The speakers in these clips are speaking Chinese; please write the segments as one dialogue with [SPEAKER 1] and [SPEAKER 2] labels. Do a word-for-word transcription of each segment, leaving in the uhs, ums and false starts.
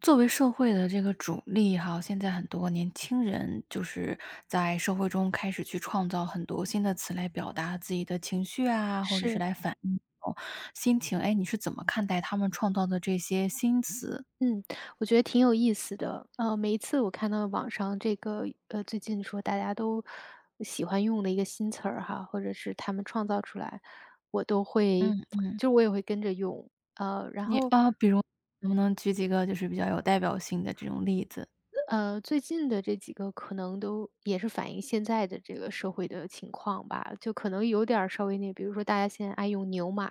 [SPEAKER 1] 作为社会的这个主力哈，现在很多年轻人就是在社会中开始去创造很多新的词来表达自己的情绪啊，或者是
[SPEAKER 2] 是。
[SPEAKER 1] 来反嗯。映这种心情。哎，你是怎么看待他们创造的这些新词？
[SPEAKER 2] 嗯，我觉得挺有意思的。呃，每一次我看到网上这个，呃，最近说大家都喜欢用的一个新词儿哈，或者是他们创造出来，我都会，
[SPEAKER 1] 嗯嗯，
[SPEAKER 2] 就我也会跟着用。呃，然
[SPEAKER 1] 你
[SPEAKER 2] 后，
[SPEAKER 1] 啊，比如能不能举几个就是比较有代表性的这种例子？
[SPEAKER 2] 呃，最近的这几个可能都也是反映现在的这个社会的情况吧，就可能有点儿稍微那，比如说大家现在爱用牛马，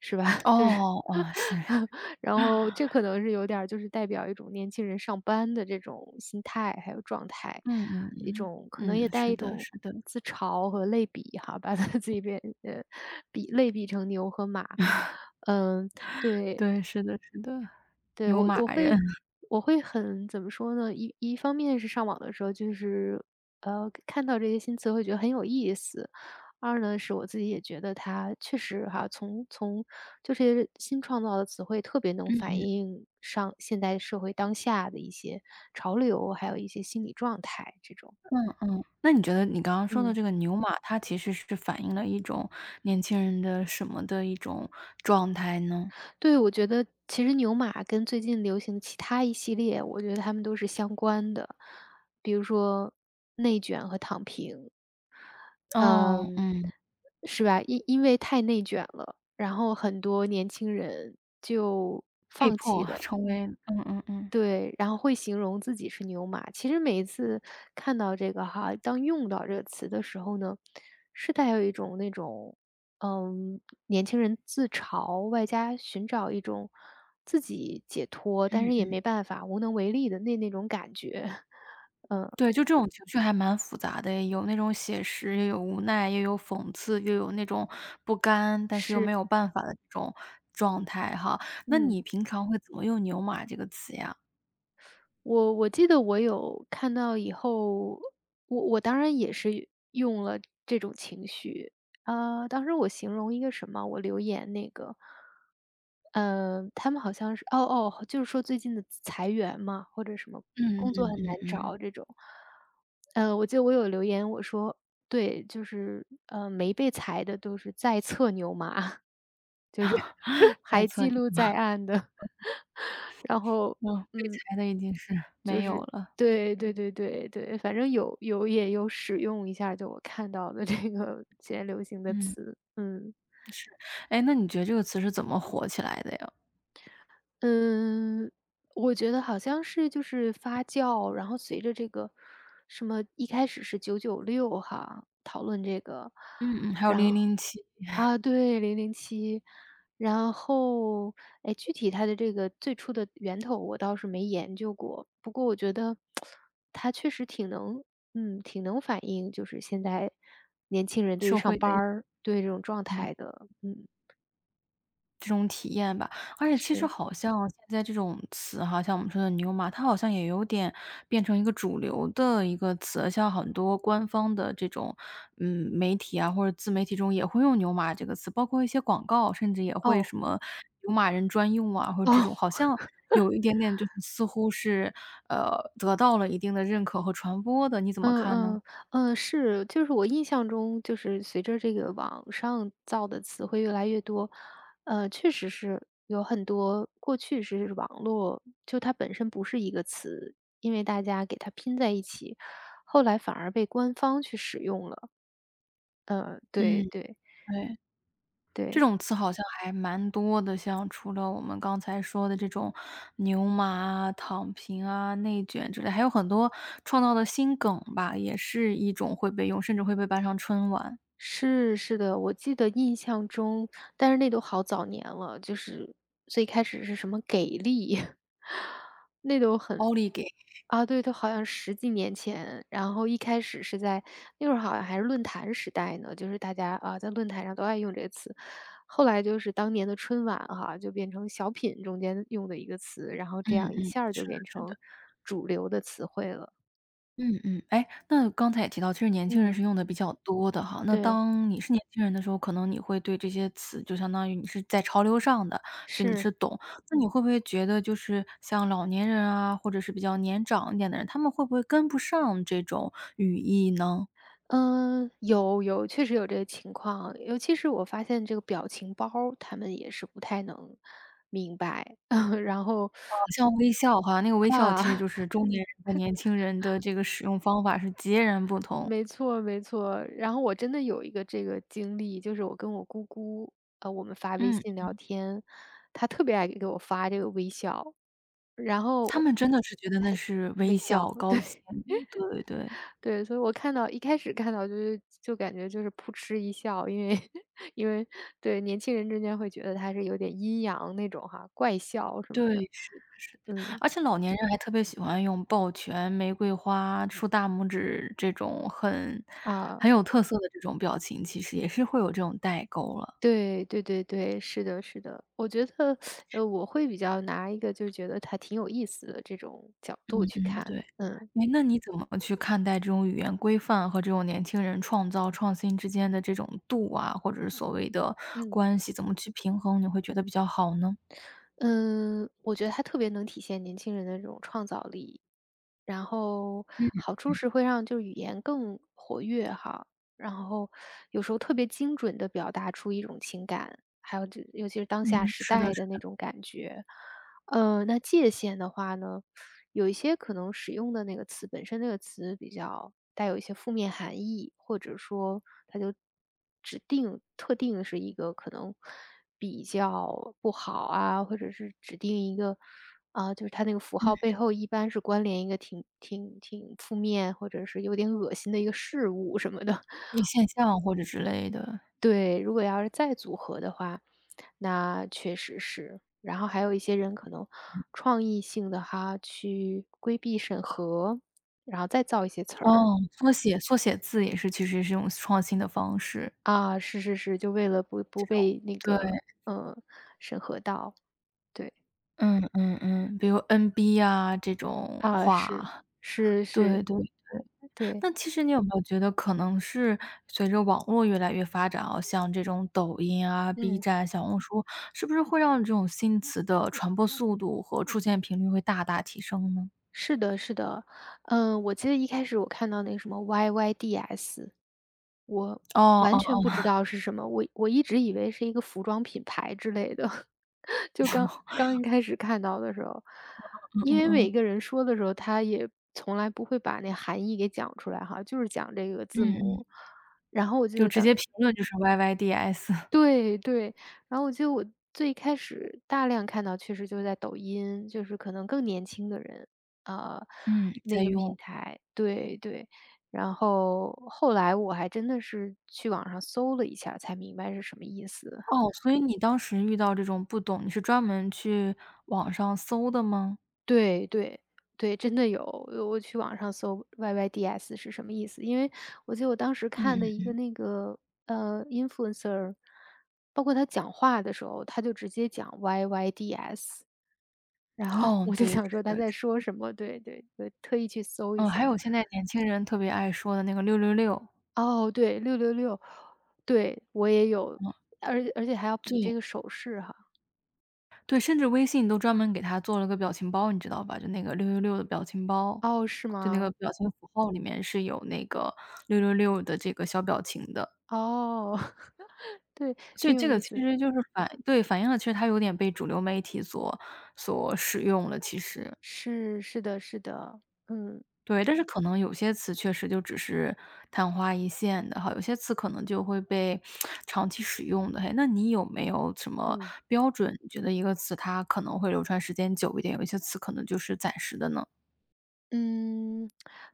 [SPEAKER 2] 是吧？就是
[SPEAKER 1] 哦，啊，是，
[SPEAKER 2] 然 后这可能是有点儿就是代表一种年轻人上班的这种心态，还有状态，
[SPEAKER 1] 嗯嗯
[SPEAKER 2] 一种可能
[SPEAKER 1] 嗯，
[SPEAKER 2] 也
[SPEAKER 1] 嗯，
[SPEAKER 2] 带
[SPEAKER 1] 是
[SPEAKER 2] 一
[SPEAKER 1] 的
[SPEAKER 2] 种
[SPEAKER 1] 是的，
[SPEAKER 2] 自嘲和类比哈，把他自己变呃比类比成牛和马。嗯，对，
[SPEAKER 1] 对，是的是的，
[SPEAKER 2] 对，
[SPEAKER 1] 牛
[SPEAKER 2] 我
[SPEAKER 1] 马
[SPEAKER 2] 我
[SPEAKER 1] 人。
[SPEAKER 2] 会我会很怎么说呢？一一方面是上网的时候，就是呃看到这些新词会觉得很有意思；二呢是我自己也觉得它确实哈，从从就是新创造的词汇特别能 反映上现代社会当下的一些潮流，还有一些心理状态这种。
[SPEAKER 1] 嗯嗯，那你觉得你刚刚说的
[SPEAKER 2] 嗯，
[SPEAKER 1] 这个牛马，它其实是反映了一种年轻人的什么的一种状态呢？
[SPEAKER 2] 对，我觉得其实牛马跟最近流行其他一系列，我觉得他们都是相关的，比如说内卷和躺平。
[SPEAKER 1] 哦，
[SPEAKER 2] 嗯，
[SPEAKER 1] 嗯，
[SPEAKER 2] 是吧？因因为太内卷了，然后很多年轻人就
[SPEAKER 1] 被
[SPEAKER 2] 放弃
[SPEAKER 1] 迫
[SPEAKER 2] 了。
[SPEAKER 1] 成为嗯嗯嗯。
[SPEAKER 2] 对，然后会形容自己是牛马。其实每一次看到这个哈，当用到这个词的时候呢，是带有一种那种，嗯，年轻人自嘲，外加寻找一种自己解脱，但
[SPEAKER 1] 嗯，
[SPEAKER 2] 是
[SPEAKER 1] 嗯
[SPEAKER 2] 也没办法，无能为力的那那种感觉。
[SPEAKER 1] 对，就这种情绪还蛮复杂的，有那种写实，也有无奈，也有讽刺，又有那种不甘，但是又没有办法的这种状态哈。那
[SPEAKER 2] 嗯。
[SPEAKER 1] 你平常会怎么用“牛马”这个词呀？
[SPEAKER 2] 我我记得我有看到以后，我我当然也是用了这种情绪。呃，当时我形容一个什么，我留言那个，嗯，他们好像是哦哦，就是说最近的裁员嘛，或者什么
[SPEAKER 1] 嗯
[SPEAKER 2] 工作
[SPEAKER 1] 嗯
[SPEAKER 2] 很难
[SPEAKER 1] 嗯嗯，
[SPEAKER 2] 找这种。呃，我记得我有留言，我说对，就是呃，没被裁的都是在册牛马，就是
[SPEAKER 1] 在
[SPEAKER 2] 还
[SPEAKER 1] 测
[SPEAKER 2] 记
[SPEAKER 1] 你，
[SPEAKER 2] 录在案的。然后，
[SPEAKER 1] 嗯，被
[SPEAKER 2] 嗯，
[SPEAKER 1] 裁的已经是
[SPEAKER 2] 就
[SPEAKER 1] 没有
[SPEAKER 2] 是
[SPEAKER 1] 了，
[SPEAKER 2] 对对对对对，反正有有也有使用一下，就我看到的这个 现在流行的
[SPEAKER 1] 嗯。
[SPEAKER 2] 词。嗯。
[SPEAKER 1] 哎，那你觉得这个词是怎么火起来的呀？
[SPEAKER 2] 嗯，我觉得好像是就是发酵，然后随着这个什么一开始是九九六哈，讨论这个，
[SPEAKER 1] 嗯嗯，还有
[SPEAKER 2] 然
[SPEAKER 1] 零
[SPEAKER 2] 后
[SPEAKER 1] 零七
[SPEAKER 2] 啊，对零零七，然后，哎，具体它的这个最初的源头我倒是没研究过，不过我觉得它确实挺能嗯，挺能反映就是现在年轻人对于
[SPEAKER 1] 社
[SPEAKER 2] 上
[SPEAKER 1] 会
[SPEAKER 2] 班
[SPEAKER 1] 的
[SPEAKER 2] 儿，对这种状
[SPEAKER 1] 嗯，
[SPEAKER 2] 态的。嗯，
[SPEAKER 1] 这种体验吧。而且其实
[SPEAKER 2] 是，
[SPEAKER 1] 好像现在这种词哈，像我们说的“牛马”，它好像也有点变成一个主流的一个词，像很多官方的这种，嗯，媒体啊，或者自媒体中也会用“牛马”这个词，包括一些广告，甚至也会
[SPEAKER 2] 哦，
[SPEAKER 1] 什么“牛马人专用”啊，或者这
[SPEAKER 2] 哦。
[SPEAKER 1] 种好像有一点点就是似乎是，呃，得到了一定的认可和传播的，你怎么
[SPEAKER 2] 嗯
[SPEAKER 1] 看呢？
[SPEAKER 2] 嗯，嗯，是，就是我印象中，就是随着这个网上造的词汇越来越多，呃，确实是有很多过去是网络，就它本身不是一个词，因为大家给它拼在一起，后来反而被官方去使用了。呃，
[SPEAKER 1] 嗯，
[SPEAKER 2] 对对
[SPEAKER 1] 对。这
[SPEAKER 2] 对。
[SPEAKER 1] 种词好像还蛮多的，像除了我们刚才说的这种牛马啊躺平啊、内卷之类，还有很多创造的新梗吧，也是一种会被用，甚至会被搬上春晚。
[SPEAKER 2] 是，是的，我记得印象中但是那都好早年了，就是最开始是什么给力，那都很
[SPEAKER 1] 奥利给，
[SPEAKER 2] 啊，对，都好像十几年前。然后一开始是在那会儿好像还是论坛时代呢，就是大家，啊，在论坛上都爱用这个词。后来就是当年的春晚哈，就变成小品中间用的一个词，然后这
[SPEAKER 1] 嗯
[SPEAKER 2] 样一
[SPEAKER 1] 嗯，
[SPEAKER 2] 下儿就
[SPEAKER 1] 是的
[SPEAKER 2] 变
[SPEAKER 1] 是
[SPEAKER 2] 成
[SPEAKER 1] 的。
[SPEAKER 2] 主流的词汇了。
[SPEAKER 1] 嗯嗯，哎，那刚才也提到，其实年轻人
[SPEAKER 2] 嗯，
[SPEAKER 1] 是用的比较多的哈。那
[SPEAKER 2] 对，
[SPEAKER 1] 当你是年轻人的时候，可能你会对这些词，就相当于你是在潮流上的，所以你
[SPEAKER 2] 是。
[SPEAKER 1] 是懂。那你会不会觉得，就是像老年人啊，或者是比较年长一点的人，他们会不会跟不上这种语义呢？
[SPEAKER 2] 嗯有有，确实有这个情况。尤其是我发现这个表情包儿他们也是不太能明白。然后
[SPEAKER 1] 像微笑哈，那个微笑
[SPEAKER 2] 啊，
[SPEAKER 1] 其实就是 中年人和年轻人的这个使用方法是截然不同。
[SPEAKER 2] 没错没错。然后我真的有一个这个经历，就是我跟我姑姑，呃，我们发微
[SPEAKER 1] 嗯，
[SPEAKER 2] 信聊天，她特别爱给我发这个微笑，然后
[SPEAKER 1] 他
[SPEAKER 2] 我
[SPEAKER 1] 们真的是觉得那是微
[SPEAKER 2] 微笑。
[SPEAKER 1] 笑，高
[SPEAKER 2] 对。
[SPEAKER 1] 兴，对对。
[SPEAKER 2] 对，所以我看到一开始看到就是就感觉就是扑哧一笑，因为 因为对，年轻人之间会觉得他是有点阴阳那种哈，怪笑什么的。
[SPEAKER 1] 对，是的是的。
[SPEAKER 2] 嗯，
[SPEAKER 1] 而且老年人还特别喜欢用抱拳、玫瑰花、竖大拇指这种很
[SPEAKER 2] 啊，
[SPEAKER 1] 很有特色的这种表情，其实也是会有这种代沟了。
[SPEAKER 2] 对对对对，是的是的。我觉得，呃，我会比较拿一个就是觉得他挺有意思的这种角度去
[SPEAKER 1] 嗯，对。
[SPEAKER 2] 看。嗯，
[SPEAKER 1] 哎，那你怎么去看待这种语言规范和这种年轻人创造创新之间的这种度啊，或者是所谓的
[SPEAKER 2] 嗯。
[SPEAKER 1] 关系，怎么去平衡，你会觉得比较好呢？
[SPEAKER 2] 嗯，我觉得它特别能体现年轻人的这种创造力，然后好处是会让就是语言更活跃哈，然后有时候特别精准的表达出一种情感，还有就尤其是当下
[SPEAKER 1] 嗯，
[SPEAKER 2] 时
[SPEAKER 1] 是的
[SPEAKER 2] 代
[SPEAKER 1] 是
[SPEAKER 2] 的那种感觉。呃，那界限的话呢，有一些可能使用的那个词本身那个词比较带有一些负面含义，或者说它就指定特定是一个可能比较不好啊，或者是指定一个啊、就是它那个符号背后一般是关联一个挺挺挺负面，或者是有点恶心的一个事物什么的。
[SPEAKER 1] 一现象或者之类的。
[SPEAKER 2] 对，如果要是再组合的话，那确实是。然后还有一些人可能创意性的哈，去规避审核，然后再造一些词儿。
[SPEAKER 1] 哦，缩写缩写字也是其实是一种创新的方式，
[SPEAKER 2] 啊，是是是，就为了不不被那个，
[SPEAKER 1] 对。
[SPEAKER 2] 呃，审核到。对，
[SPEAKER 1] 嗯嗯嗯，比如 N B 啊这种
[SPEAKER 2] 啊，是，
[SPEAKER 1] 话，
[SPEAKER 2] 是
[SPEAKER 1] 对
[SPEAKER 2] 是，
[SPEAKER 1] 对。
[SPEAKER 2] 对，
[SPEAKER 1] 那其实你有没有觉得可能是随着网络越来越发展啊，像这种抖音啊、B
[SPEAKER 2] 嗯，
[SPEAKER 1] 站、小红书，是不是会让这种新词的传播速度和出现频率会大大提升呢？
[SPEAKER 2] 是的是的。嗯，我记得一开始我看到那个什么 Y Y D S。我
[SPEAKER 1] 哦哦
[SPEAKER 2] 完全不
[SPEAKER 1] 哦，
[SPEAKER 2] 知道是什么，我我一直以为是一个服装品牌之类的，就刚 刚一开始看到的时候，
[SPEAKER 1] 嗯
[SPEAKER 2] 因
[SPEAKER 1] 嗯
[SPEAKER 2] 为
[SPEAKER 1] 嗯
[SPEAKER 2] 每个人说的时候，他也从来不会把那含义给讲出来哈，就是讲这个字
[SPEAKER 1] 嗯，
[SPEAKER 2] 母。
[SPEAKER 1] 就直接评论就是 Y Y D S，
[SPEAKER 2] 对对，然后我记得我最开始大量看到确实就是在抖音，就是可能更年轻的人，呃，
[SPEAKER 1] 嗯，在
[SPEAKER 2] 那个平
[SPEAKER 1] 用。
[SPEAKER 2] 台。对对。然后后来我还真的是去网上搜了一下，才明白是什么意思。
[SPEAKER 1] 哦，所以你当时遇到这种不懂，你是专门去网上搜的吗？
[SPEAKER 2] 对对对，真的有，我去网上搜 Y Y D S 是什么意思，因为我记得我当时
[SPEAKER 1] 嗯
[SPEAKER 2] 看的一
[SPEAKER 1] 嗯，
[SPEAKER 2] 个那个呃 influencer，包括他讲话的时候，他就直接讲 Y Y D S。然后
[SPEAKER 1] 哦，
[SPEAKER 2] 我就
[SPEAKER 1] 对，
[SPEAKER 2] 想说
[SPEAKER 1] 是
[SPEAKER 2] 他
[SPEAKER 1] 的。
[SPEAKER 2] 在说什么，对对对，就特意去搜一
[SPEAKER 1] 嗯，还
[SPEAKER 2] 下。
[SPEAKER 1] 有现在年轻人特别爱说的那个六六六，
[SPEAKER 2] 哦，对六六六，对，我也有，而而且还要比这
[SPEAKER 1] 对。
[SPEAKER 2] 个手势哈。
[SPEAKER 1] 对，甚至微信都专门给他做了个表情包，你知道吧？就那个六六六的表情包，
[SPEAKER 2] 哦，是
[SPEAKER 1] 就那个
[SPEAKER 2] 吗？
[SPEAKER 1] 表情符号里面是有那个六六六的这个小表情的。
[SPEAKER 2] 哦，对，
[SPEAKER 1] 所以
[SPEAKER 2] 挺有
[SPEAKER 1] 这个
[SPEAKER 2] 意
[SPEAKER 1] 其
[SPEAKER 2] 思，
[SPEAKER 1] 实就是反对，反映了其实它有点被主流媒体所所使用了，其实。
[SPEAKER 2] 是是的是的。嗯，
[SPEAKER 1] 对，但是可能有些词确实就只是昙花一现的哈，有些词可能就会被长期使用的。嘿，那你有没有什么
[SPEAKER 2] 嗯。
[SPEAKER 1] 标准？你觉得一个词它可能会流传时间久一点，有一些词可能就是暂时的呢？
[SPEAKER 2] 嗯，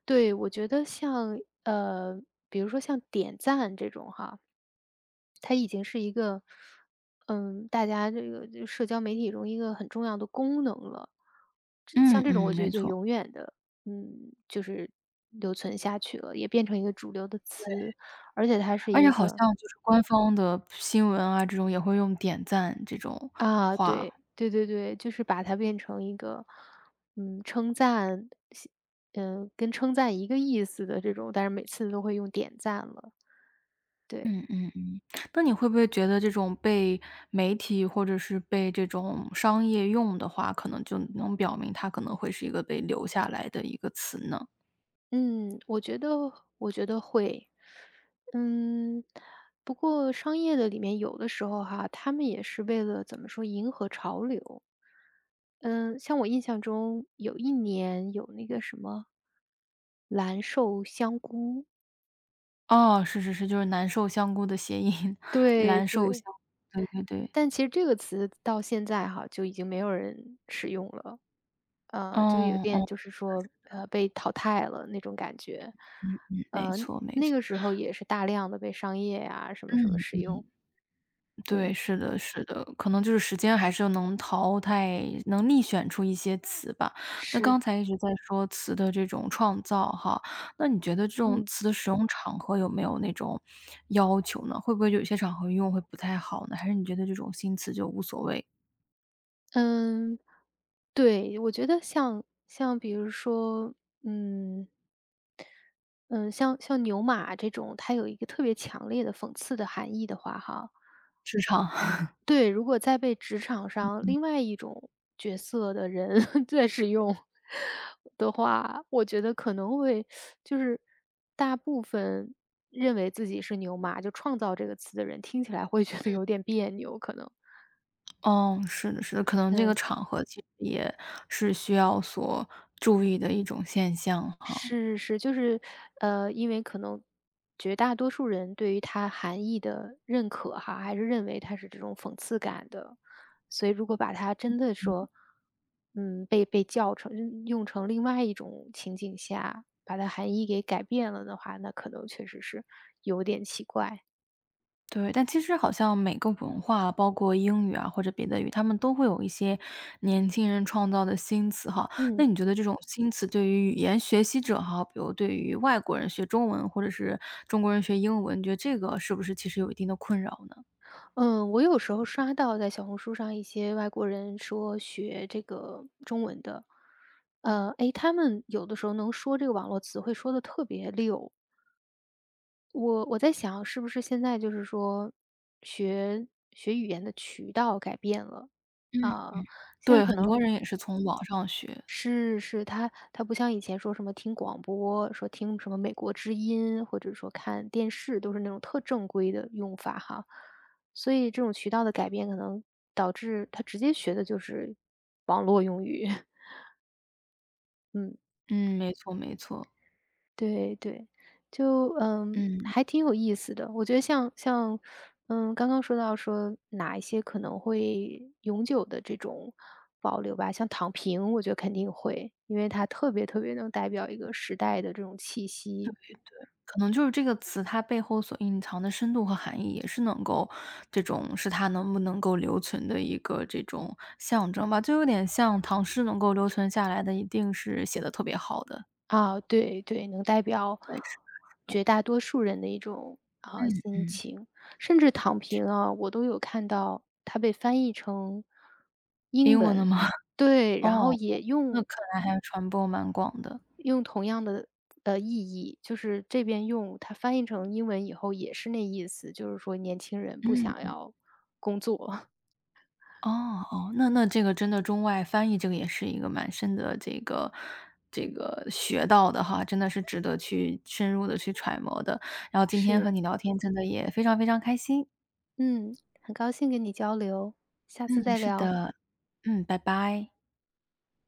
[SPEAKER 2] 对，我觉得像呃，比如说像点赞这种哈，它已经是一个，嗯，大家这个这社交媒体中一个很重要的功能了。这
[SPEAKER 1] 嗯
[SPEAKER 2] 像这种我
[SPEAKER 1] 嗯，
[SPEAKER 2] 觉得
[SPEAKER 1] 没
[SPEAKER 2] 就
[SPEAKER 1] 错。
[SPEAKER 2] 永远的，嗯，就是留存下去了，也变成一个主流的词，而且它是
[SPEAKER 1] 而且
[SPEAKER 2] 一
[SPEAKER 1] 好
[SPEAKER 2] 个
[SPEAKER 1] 像就是官方的新闻啊，这种也会用点赞这种
[SPEAKER 2] 啊，
[SPEAKER 1] 话。
[SPEAKER 2] 对，对对对，就是把它变成一个，嗯，称赞，嗯，跟称赞一个意思的这种，但是每次都会用点赞了。对，
[SPEAKER 1] 嗯嗯嗯，那你会不会觉得这种被媒体或者是被这种商业用的话，可能就能表明它可能会是一个被留下来的一个词呢？
[SPEAKER 2] 嗯，我觉得，我觉得会，嗯，不过商业的里面有的时候哈，他们也是为了怎么说迎合潮流，嗯，像我印象中有一年有那个什么蓝瘦香菇，
[SPEAKER 1] 哦，是是是，就是“难受香菇”的谐音，
[SPEAKER 2] 对
[SPEAKER 1] 蓝瘦香
[SPEAKER 2] 对，
[SPEAKER 1] 对对对。
[SPEAKER 2] 但其实这个词到现在哈，就已经没有人使用了，呃，就有
[SPEAKER 1] 哦
[SPEAKER 2] 点
[SPEAKER 1] 哦，
[SPEAKER 2] 就是说，呃，被淘汰了那种感觉。
[SPEAKER 1] 嗯嗯，没
[SPEAKER 2] 呃，
[SPEAKER 1] 错没
[SPEAKER 2] 那
[SPEAKER 1] 错。
[SPEAKER 2] 个时候也是大量的被商业呀，什么什么
[SPEAKER 1] 嗯。
[SPEAKER 2] 使用，
[SPEAKER 1] 对，
[SPEAKER 2] 对，
[SPEAKER 1] 是的，是的，可能就是时间还是能淘汰，能逆选出一些词吧。那刚
[SPEAKER 2] 是。
[SPEAKER 1] 才一直在说词的这种创造哈，那你觉得这种
[SPEAKER 2] 嗯，
[SPEAKER 1] 词的使用场合有没有那种要求呢？会不会有些场合用会不太好呢？还是你觉得这种新词就无所谓？
[SPEAKER 2] 嗯，对，我觉得像像比如说，嗯，嗯，像像牛马这种，它有一个特别强烈的讽刺的含义的话哈。
[SPEAKER 1] 市场，
[SPEAKER 2] 对，如果再被职场上另外一种角色的人 在使用的话，我觉得可能会就是大部分认为自己是牛马，就创造这个词的人，听起来会觉得有点别扭，可能。
[SPEAKER 1] 嗯，是的，是的，可能这个
[SPEAKER 2] 嗯，
[SPEAKER 1] 场合其实也是需要所注意的一种现象哈。
[SPEAKER 2] 是是，就是，呃，因为可能绝大多数人对于它含义的认可哈，还是认为它是这种讽刺感的，所以如果把它真的说，嗯，被被叫成嗯用成另外一种情景下，把它含义给改变了的话，那可能确实是有点奇怪。
[SPEAKER 1] 对，但其实好像每个文化，包括英语啊或者别的语，他们都会有一些年轻人创造的新词哈。
[SPEAKER 2] 嗯。
[SPEAKER 1] 那你觉得这种新词对于语言学习者哈，比如对于外国人学中文，或者是中国人学英文，你觉得这个是不是其实有一定的困扰呢？
[SPEAKER 2] 嗯，我有时候刷到在小红书上一些外国人说学这个中文的，呃，诶，他们有的时候能说这个网络词汇说的特别溜。我我在想是不是现在就是说学学语言的渠道改变了，
[SPEAKER 1] 嗯。
[SPEAKER 2] 啊，现在
[SPEAKER 1] 对，
[SPEAKER 2] 可
[SPEAKER 1] 很
[SPEAKER 2] 能
[SPEAKER 1] 多人也是从网上学，
[SPEAKER 2] 是是，他他不像以前说什么听广播，说听什么美国之音，或者说看电视，都是那种特正规的用法哈。所以这种渠道的改变，可能导致他直接学的就是网络用语。嗯。
[SPEAKER 1] 嗯，没错没错，
[SPEAKER 2] 对对，就嗯，
[SPEAKER 1] 嗯。
[SPEAKER 2] 还挺有意思的。我觉得像像，嗯，刚刚说到说哪一些可能会永久的这种保留吧，像躺平，我觉得肯定会，因为它特别特别能代表一个时代的这种气息，
[SPEAKER 1] 可能就是这个词，它背后所隐藏的深度和含义，也是能够这种是它能不能够留存的一个这种象征吧。就有点像唐诗能够留存下来的，一定是写的特别好的
[SPEAKER 2] 啊，对对，能代表
[SPEAKER 1] 对是的
[SPEAKER 2] 绝大多数人的一种啊
[SPEAKER 1] 嗯
[SPEAKER 2] 心
[SPEAKER 1] 嗯，
[SPEAKER 2] 情，甚至躺平啊，我都有看到它被翻译成
[SPEAKER 1] 英
[SPEAKER 2] 英
[SPEAKER 1] 文的
[SPEAKER 2] 文，
[SPEAKER 1] 吗？
[SPEAKER 2] 对，然后
[SPEAKER 1] 哦，
[SPEAKER 2] 也
[SPEAKER 1] 那
[SPEAKER 2] 用
[SPEAKER 1] 看来还传播蛮广的。
[SPEAKER 2] 用同样的，呃，意义，就是这边用它翻译成英文以后也是那意思，就是说年轻人不想
[SPEAKER 1] 嗯。
[SPEAKER 2] 要工作。
[SPEAKER 1] 哦哦，那那这个真的中外翻译这个也是一个蛮深的这个这个学到的哈，真的是值得去深入的去揣摩的。然后今天和
[SPEAKER 2] 是，
[SPEAKER 1] 你聊天真的也非常非常开心。
[SPEAKER 2] 嗯，很高兴跟你交流，下次
[SPEAKER 1] 嗯，
[SPEAKER 2] 再
[SPEAKER 1] 是
[SPEAKER 2] 聊。
[SPEAKER 1] 的。嗯，拜拜。